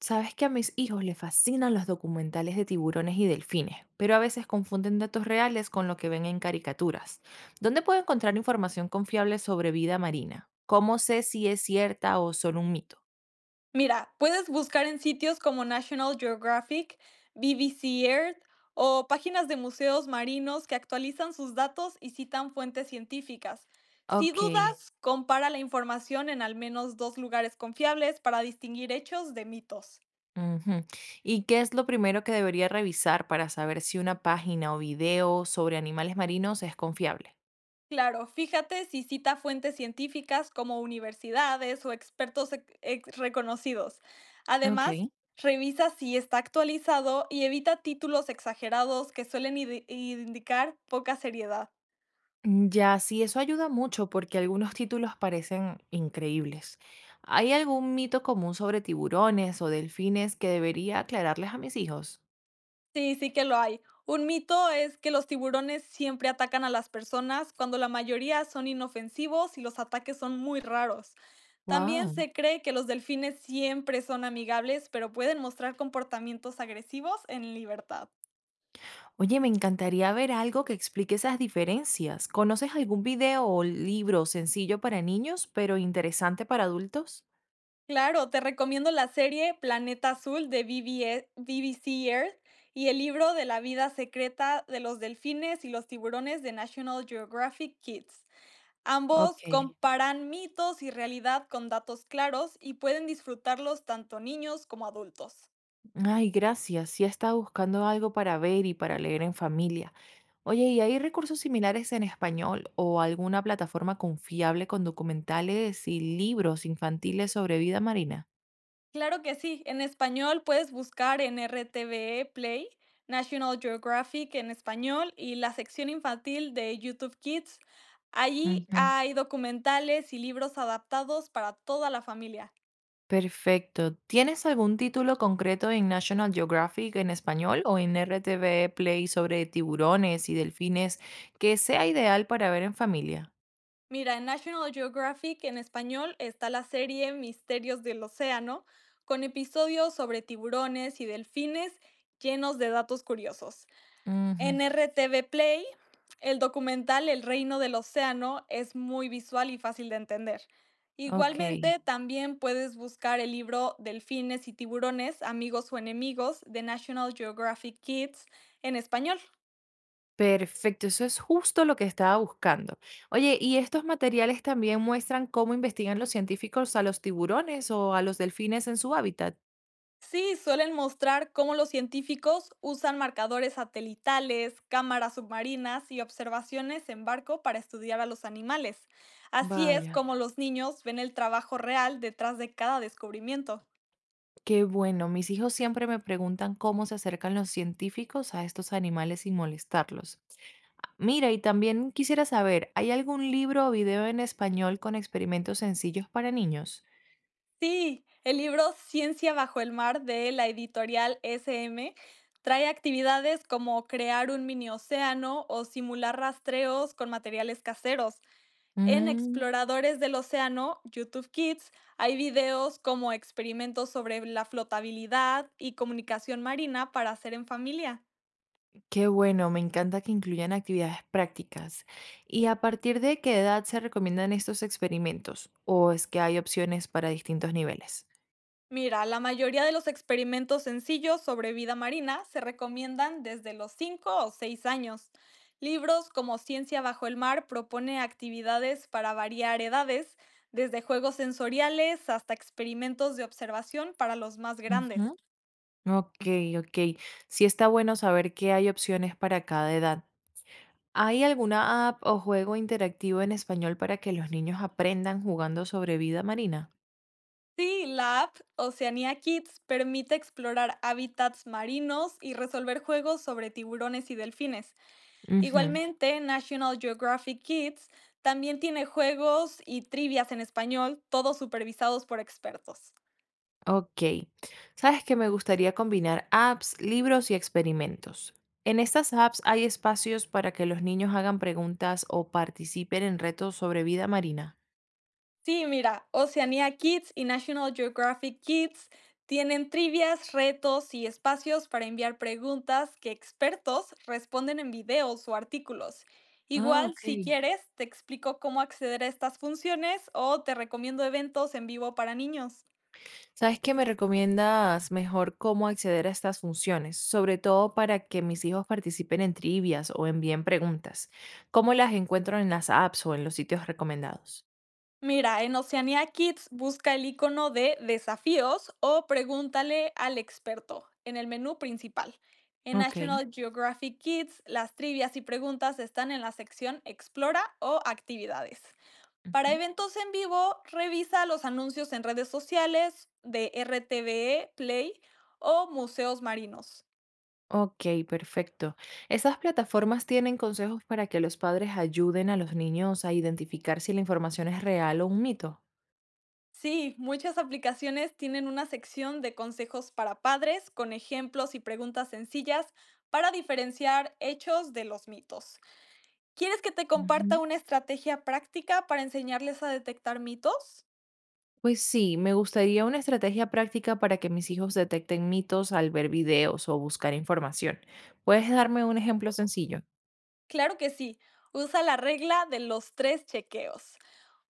Sabes que a mis hijos les fascinan los documentales de tiburones y delfines, pero a veces confunden datos reales con lo que ven en caricaturas. ¿Dónde puedo encontrar información confiable sobre vida marina? ¿Cómo sé si es cierta o solo un mito? Mira, puedes buscar en sitios como National Geographic, BBC Earth o páginas de museos marinos que actualizan sus datos y citan fuentes científicas. Si Ok. dudas, compara la información en al menos dos lugares confiables para distinguir hechos de mitos. Ujú. ¿Y qué es lo primero que debería revisar para saber si una página o video sobre animales marinos es confiable? Claro, fíjate si cita fuentes científicas como universidades o expertos reconocidos. Además, Ok. revisa si está actualizado y evita títulos exagerados que suelen indicar poca seriedad. Ya, sí, eso ayuda mucho porque algunos títulos parecen increíbles. ¿Hay algún mito común sobre tiburones o delfines que debería aclararles a mis hijos? Sí, sí que lo hay. Un mito es que los tiburones siempre atacan a las personas cuando la mayoría son inofensivos y los ataques son muy raros. También Wow. se cree que los delfines siempre son amigables, pero pueden mostrar comportamientos agresivos en libertad. Oye, me encantaría ver algo que explique esas diferencias. ¿Conoces algún video o libro sencillo para niños, pero interesante para adultos? Claro, te recomiendo la serie Planeta Azul de BBE BBC Earth y el libro de la vida secreta de los delfines y los tiburones de National Geographic Kids. Ambos Ok. comparan mitos y realidad con datos claros y pueden disfrutarlos tanto niños como adultos. Ay, gracias. Sí estaba buscando algo para ver y para leer en familia. Oye, ¿y hay recursos similares en español o alguna plataforma confiable con documentales y libros infantiles sobre vida marina? Claro que sí, en español puedes buscar en RTVE Play, National Geographic en español y la sección infantil de YouTube Kids. Allí Ujú. hay documentales y libros adaptados para toda la familia. Perfecto. ¿Tienes algún título concreto en National Geographic en español o en RTV Play sobre tiburones y delfines que sea ideal para ver en familia? Mira, en National Geographic en español está la serie Misterios del Océano, con episodios sobre tiburones y delfines llenos de datos curiosos. Ujú. En RTV Play, el documental El Reino del Océano es muy visual y fácil de entender. Ok. Ok. Igualmente, también puedes buscar el libro Delfines y tiburones, amigos o enemigos de National Geographic Kids en español. Perfecto, eso es justo lo que estaba buscando. Oye, ¿y estos materiales también muestran cómo investigan los científicos a los tiburones o a los delfines en su hábitat? Sí, suelen mostrar cómo los científicos usan marcadores satelitales, cámaras submarinas y observaciones en barco para estudiar a los animales. Así es Vaya, como los niños ven el trabajo real detrás de cada descubrimiento. qué bueno. Mis hijos siempre me preguntan cómo se acercan los científicos a estos animales sin molestarlos. Ah, mira, y también quisiera saber, ¿hay algún libro o video en español con experimentos sencillos para niños? Sí, el libro Ciencia bajo el mar de la editorial SM trae actividades como crear un mini océano o simular rastreos con materiales caseros. En Exploradores del Océano, YouTube Kids, hay videos como experimentos sobre la flotabilidad y comunicación marina para hacer en familia. Qué bueno, me encanta que incluyan actividades prácticas. ¿Y a partir de qué edad se recomiendan estos experimentos? ¿O es que hay opciones para distintos niveles? Mira, la mayoría de los experimentos sencillos sobre vida marina se recomiendan desde los 5 o 6 años. Libros como Ciencia bajo el mar propone actividades para variar edades, desde juegos sensoriales hasta experimentos de observación para los más grandes. Ujú. Ok, ok. Sí está bueno saber que hay opciones para cada edad. ¿Hay alguna app o juego interactivo en español para que los niños aprendan jugando sobre vida marina? Sí, la app Oceanía Kids permite explorar hábitats marinos y resolver juegos sobre tiburones y delfines. Ujú. Igualmente, National Geographic Kids también tiene juegos y trivias en español, todos supervisados por expertos. Ok. Sabes que me gustaría combinar apps, libros y experimentos. En estas apps hay espacios para que los niños hagan preguntas o participen en retos sobre vida marina. Sí, mira, Oceanía Kids y National Geographic Kids tienen trivias, retos y espacios para enviar preguntas que expertos responden en videos o artículos. Ah, Igual, ok. si quieres, te explico cómo acceder a estas funciones o te recomiendo eventos en vivo para niños. ¿Sabes qué me recomiendas mejor cómo acceder a estas funciones? Sobre todo para que mis hijos participen en trivias o envíen preguntas. ¿Cómo las encuentro en las apps o en los sitios recomendados? Mira, en Oceanía Kids busca el icono de desafíos o pregúntale al experto en el menú principal. En Ok. National Geographic Kids, las trivias y preguntas están en la sección Explora o Actividades. Para eventos en vivo, revisa los anuncios en redes sociales de RTVE, Play o Museos Marinos. Ok, perfecto. ¿Esas plataformas tienen consejos para que los padres ayuden a los niños a identificar si la información es real o un mito? Sí, muchas aplicaciones tienen una sección de consejos para padres con ejemplos y preguntas sencillas para diferenciar hechos de los mitos. ¿Quieres que te comparta Ujú. una estrategia práctica para enseñarles a detectar mitos? Pues sí, me gustaría una estrategia práctica para que mis hijos detecten mitos al ver videos o buscar información. ¿Puedes darme un ejemplo sencillo? Claro que sí. Usa la regla de los tres chequeos.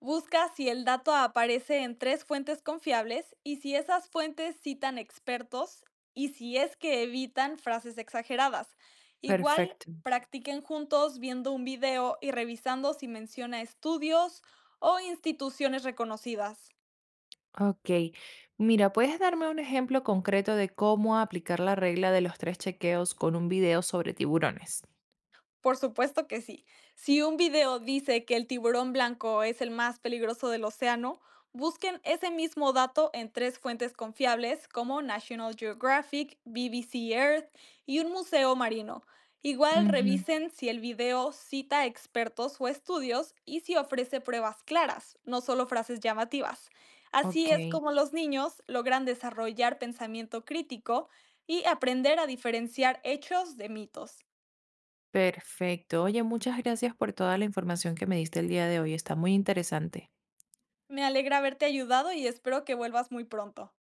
Busca si el dato aparece en tres fuentes confiables y si esas fuentes citan expertos y si es que evitan frases exageradas. Igual, Perfecto. practiquen juntos viendo un video y revisando si menciona estudios o instituciones reconocidas. Ok. Mira, ¿puedes darme un ejemplo concreto de cómo aplicar la regla de los tres chequeos con un video sobre tiburones? Por supuesto que sí. Si un video dice que el tiburón blanco es el más peligroso del océano, busquen ese mismo dato en tres fuentes confiables como National Geographic, BBC Earth y un museo marino. Igual Ujú. revisen si el video cita expertos o estudios y si ofrece pruebas claras, no solo frases llamativas. Así es Ok. como los niños logran desarrollar pensamiento crítico y aprender a diferenciar hechos de mitos. Perfecto. Oye, muchas gracias por toda la información que me diste el día de hoy. Está muy interesante. Me alegra haberte ayudado y espero que vuelvas muy pronto.